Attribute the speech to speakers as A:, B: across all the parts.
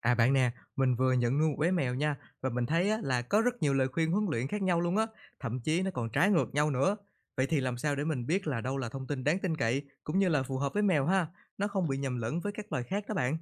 A: À bạn nè, mình vừa nhận nuôi một bé mèo nha và mình thấy á, là có rất nhiều lời khuyên huấn luyện khác nhau luôn á, thậm chí nó còn trái ngược nhau nữa. Vậy thì làm sao để mình biết là đâu là thông tin đáng tin cậy cũng như là phù hợp với mèo ha, nó không bị nhầm lẫn với các loài khác đó bạn.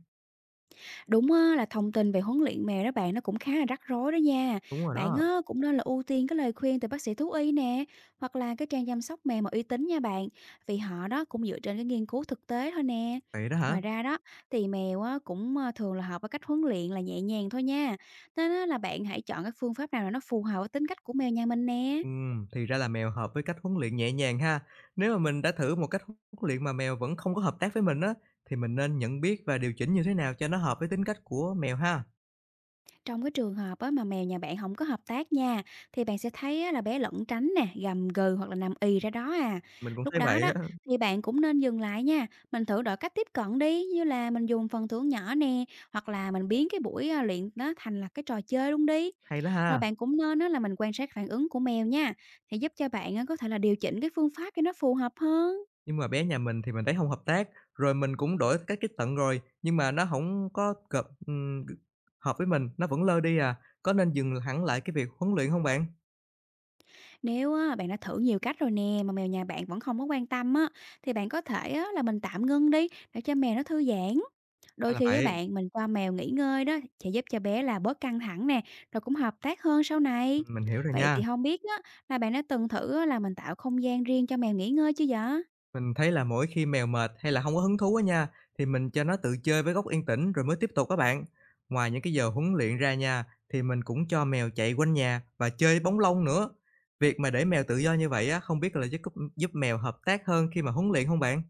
B: Đúng á, là thông tin về huấn luyện mèo đó bạn nó cũng khá là rắc rối đó nha.
A: Đúng rồi
B: Bạn
A: đó.
B: á, cũng nên là ưu tiên cái lời khuyên từ bác sĩ thú y nè, hoặc là cái trang chăm sóc mèo mà uy tín nha bạn, vì họ đó cũng dựa trên cái nghiên cứu thực tế thôi nè.
A: Vậy đó hả?
B: Ngoài ra đó thì mèo á, cũng thường là hợp với cách huấn luyện là nhẹ nhàng thôi nha. Nên á, là bạn hãy chọn cái phương pháp nào là nó phù hợp với tính cách của mèo nhà mình nè.
A: Thì ra là mèo hợp với cách huấn luyện nhẹ nhàng ha. Nếu mà mình đã thử một cách huấn luyện mà mèo vẫn không có hợp tác với mình á thì mình nên nhận biết và điều chỉnh như thế nào cho nó hợp với tính cách của mèo ha.
B: Trong cái trường hợp á, mà mèo nhà bạn không có hợp tác nha, thì bạn sẽ thấy á, là bé lẩn tránh nè, gầm gừ hoặc là nằm ì ra đó à.
A: Mình cũng
B: Lúc
A: thấy
B: đó
A: vậy
B: đó
A: á,
B: thì bạn cũng nên dừng lại nha, mình thử đổi cách tiếp cận đi, như là mình dùng phần thưởng nhỏ nè, hoặc là mình biến cái buổi, luyện nó thành là cái trò chơi luôn đi.
A: hay đó
B: Rồi
A: ha.
B: bạn cũng nên á, là mình quan sát phản ứng của mèo nha, thì giúp cho bạn á, có thể là điều chỉnh cái phương pháp cho nó phù hợp hơn.
A: Nhưng mà bé nhà mình thì mình thấy không hợp tác, rồi mình cũng đổi cách tiếp cận rồi, nhưng mà nó hổng có cợp g hợp với mình, nó vẫn lơ đi à. Có nên dừng hẳn lại cái việc huấn luyện hông bạn?
B: Nếu á, bạn đã thử nhiều cách rồi nè mà mèo nhà bạn vẫn không có quan tâm á thì bạn có thể á, là mình tạm ngưng đi để cho mèo nó thư giãn.
A: Ra
B: Đôi
A: là
B: khi á
A: vậy,
B: bạn mình cho mèo nghỉ ngơi đó sẽ giúp cho bé là bớt căng thẳng nè, rồi cũng hợp tác hơn sau này.
A: mình hiểu rồi
B: Vậy thì
A: nha.
B: không biết á là bạn đã từng thử á, là mình tạo không gian riêng cho mèo nghỉ ngơi chưa vậy?
A: Mình thấy là mỗi khi mèo mệt hay là hông có hứng thú á nha, thì mình cho nó tự chơi với góc yên tĩnh rồi mới tiếp tục á bạn. Ngoài những cái giờ huấn luyện ra nha, thì mình cũng cho mèo chạy quanh nhà và chơi bóng lông nữa. Việc mà để mèo tự do như vậy á, không biết là giúp cúp giúp mèo hợp tác hơn khi mà huấn luyện hông bạn?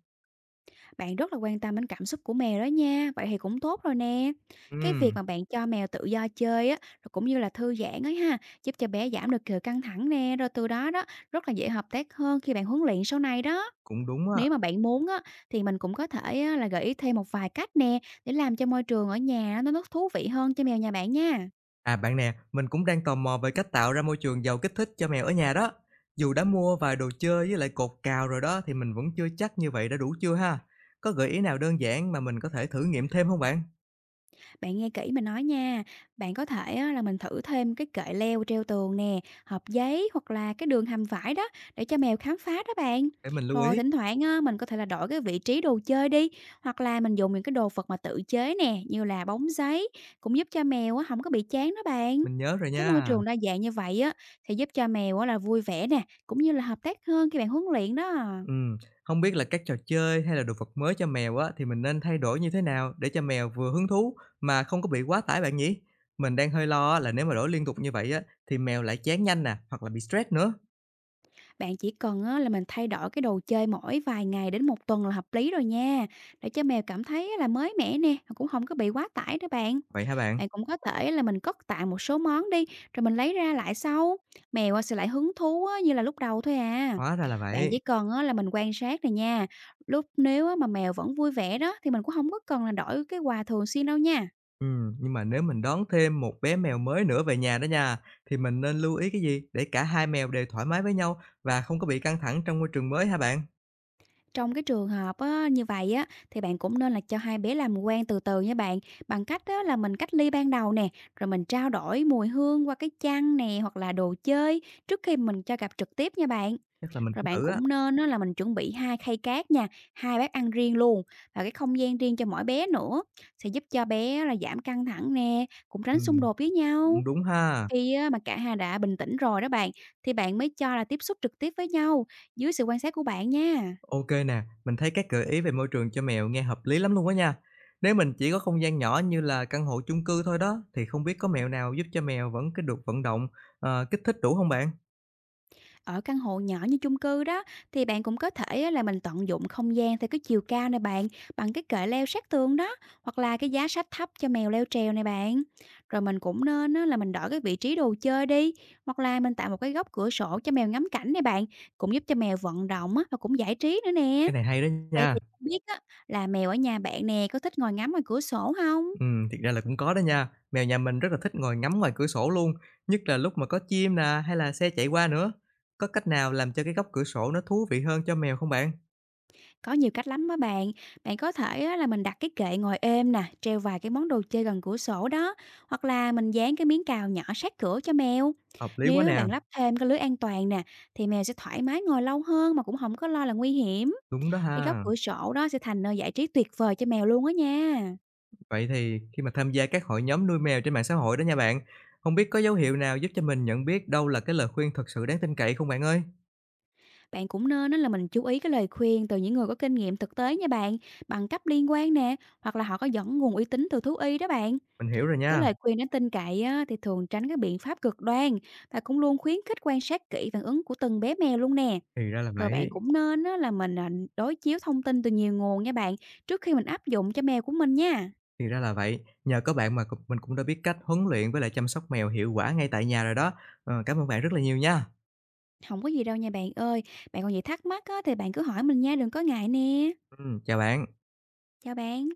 B: Bạn rất là quan tâm đến cảm xúc của mèo đó nha, vậy thì cũng tốt rồi nè. Cái việc
A: Ừm,
B: mà bạn cho mèo tự do chơi á, rồi cũng như là thư giãn ấy ha, giúp cho bé giảm được sự căng thẳng nè, rồi từ đó đó rất là dễ hợp tác hơn khi bạn huấn luyện sau này đó.
A: cũng đúng á.
B: Nếu mà bạn muốn á, thì mình cũng có thể á, là gợi ý thêm một vài cách nè để làm cho môi trường ở nhà nó thú vị hơn cho mèo nhà bạn nha.
A: À bạn nè, mình cũng đang tò mò về cách tạo ra môi trường giàu kích thích cho mèo ở nhà đó. Dù đã mua vài đồ chơi với lại cột cào rồi đó thì mình vẫn chưa chắc như vậy đã đủ chưa ha. Có gợi ý nào đơn giản mà mình có thể thử nghiệm thêm không bạn?
B: Bạn nghe kỹ mình nói nha, bạn có thể á, là mình thử thêm cái kệ leo treo tường nè, hộp giấy hoặc là cái đường hầm vải đó để cho mèo khám phá đó bạn.
A: Để mình lưu
B: Rồi
A: ý,
B: thỉnh thoảng á, mình có thể là đổi cái vị trí đồ chơi đi hoặc là mình dùng những cái đồ vật mà tự chế nè như là bóng giấy cũng giúp cho mèo á, không có bị chán đó bạn.
A: mình nhớ rồi
B: Cái môi
A: nha.
B: trường đa dạng như vậy á thì giúp cho mèo á, là vui vẻ nè cũng như là hợp tác hơn khi bạn huấn luyện đó.
A: Ừm, không biết là các trò chơi hay là đồ vật mới cho mèo á thì mình nên thay đổi như thế nào để cho mèo vừa hứng thú mà không có bị quá tải bạn nhỉ? Mình đang hơi lo á, là nếu mà đổi liên tục như vậy á thì mèo lại chán nhanh nè, hoặc là bị stress nữa.
B: Bạn chỉ cần á, là mình thay đổi cái đồ chơi mỗi vài ngày đến một tuần là hợp lý rồi nha. Để cho mèo cảm thấy á, là mới mẻ nè, mà cũng không có bị quá tải nữa bạn.
A: Vậy hả bạn?
B: Bạn cũng có thể là mình cất tạm một số món đi, rồi mình lấy ra lại sau. Mèo á, sẽ lại hứng thú á, như là lúc đầu thôi à.
A: Hóa ra là
B: Bạn
A: vậy.
B: chỉ cần á, là mình quan sát này nha. Lúc nếu á, mà mèo vẫn vui vẻ đó thì mình cũng không có cần là đổi cái quà thường xuyên đâu nha.
A: Nhưng mà nếu mình đón thêm một bé mèo mới nữa về nhà đó nha, thì mình nên lưu ý cái gì để cả hai mèo đều thoải mái với nhau và không có bị căng thẳng trong môi trường mới hả bạn?
B: Trong cái trường hợp á, như vậy á, thì bạn cũng nên là cho hai bé làm quen từ từ nha bạn. Bằng cách á, là mình cách ly ban đầu nè, rồi mình trao đổi mùi hương qua cái chăn nè hoặc là đồ chơi trước khi mình cho gặp trực tiếp nha bạn.
A: Chắc là mình
B: Rồi
A: cũng
B: bạn
A: thử á.
B: cũng nên á, là mình chuẩn bị hai khay cát nha, hai bát ăn riêng luôn và cái không gian riêng cho mỗi bé nữa sẽ giúp cho bé là giảm căng thẳng nè, cũng tránh xung
A: Ừm,
B: đột với
A: cũng
B: nhau.
A: đúng ha.
B: Khi á, mà cả hai đã bình tĩnh rồi đó bạn, thì bạn mới cho là tiếp xúc trực tiếp với nhau dưới sự quan sát của bạn nha.
A: Ok nè, mình thấy các gợi ý về môi trường cho mèo nghe hợp lý lắm luôn á nha. Nếu mình chỉ có không gian nhỏ như là căn hộ chung cư thôi đó, thì không biết có mẹo nào giúp cho mèo vẫn cứ được vận động, kích thích đủ không bạn?
B: Ở căn hộ nhỏ như chung cư đó thì bạn cũng có thể á là mình tận dụng không gian theo cái chiều cao này bạn, bằng cái kệ leo sát tường đó, hoặc là cái giá sách thấp cho mèo leo trèo này bạn. Rồi mình cũng nên á là mình đổi cái vị trí đồ chơi đi, hoặc là mình tạo một cái góc cửa sổ cho mèo ngắm cảnh này bạn, cũng giúp cho mèo vận động á và cũng giải trí nữa nè.
A: Cái này hay đó
B: Vậy thì
A: nha.
B: không biết á là mèo ở nhà bạn nè có thích ngồi ngắm ngoài cửa sổ không?
A: Thiệt ra là cũng có đó nha. Mèo nhà mình rất là thích ngồi ngắm ngoài cửa sổ luôn, nhất là lúc mà có chim nè, hay là xe chạy qua nữa. Có cách nào làm cho cái góc cửa sổ nó thú vị hơn cho mèo không bạn?
B: Có nhiều cách lắm á bạn. Bạn có thể á, là mình đặt cái kệ ngồi êm nè, treo vài cái món đồ chơi gần cửa sổ đó, hoặc là mình dán cái miếng cào nhỏ sát cửa cho mèo.
A: Hợp lý quá
B: Nếu á,
A: nè,
B: bạn lắp thêm cái lưới an toàn nè, thì mèo sẽ thoải mái ngồi lâu hơn mà cũng không có lo là nguy hiểm.
A: đúng đó
B: Cái góc
A: ha.
B: cửa sổ đó sẽ thành nơi giải trí tuyệt vời cho mèo luôn á nha.
A: Vậy thì khi mà tham gia các hội nhóm nuôi mèo trên mạng xã hội đó nha bạn, không biết có dấu hiệu nào giúp cho mình nhận biết đâu là cái lời khuyên thật sự đáng tin cậy không bạn ơi?
B: Bạn cũng nên á, là mình chú ý cái lời khuyên từ những người có kinh nghiệm thực tế nha bạn, bằng cấp liên quan nè, hoặc là họ có dẫn nguồn uy tín từ thú y đó bạn.
A: Mình hiểu rồi
B: Cái
A: nha.
B: lời khuyên đáng tin cậy á, thì thường tránh các biện pháp cực đoan và cũng luôn khuyến khích quan sát kỹ phản ứng của từng bé mèo luôn nè.
A: Thì ra là
B: Rồi bạn
A: vậy,
B: cũng nên á, là mình đối chiếu thông tin từ nhiều nguồn nha bạn trước khi mình áp dụng cho mèo của mình nha.
A: thì ra là vậy. Nhờ có bạn mà cũng- mình cũng đã biết cách huấn luyện với lại chăm sóc mèo hiệu quả ngay tại nhà rồi đó. Cảm ơn bạn rất là nhiều nha.
B: Không có gì đâu nha bạn ơi. Bạn còn gì thắc mắc á, thì bạn cứ hỏi mình nha, đừng có ngại nè.
A: Chào bạn.
B: Chào bạn.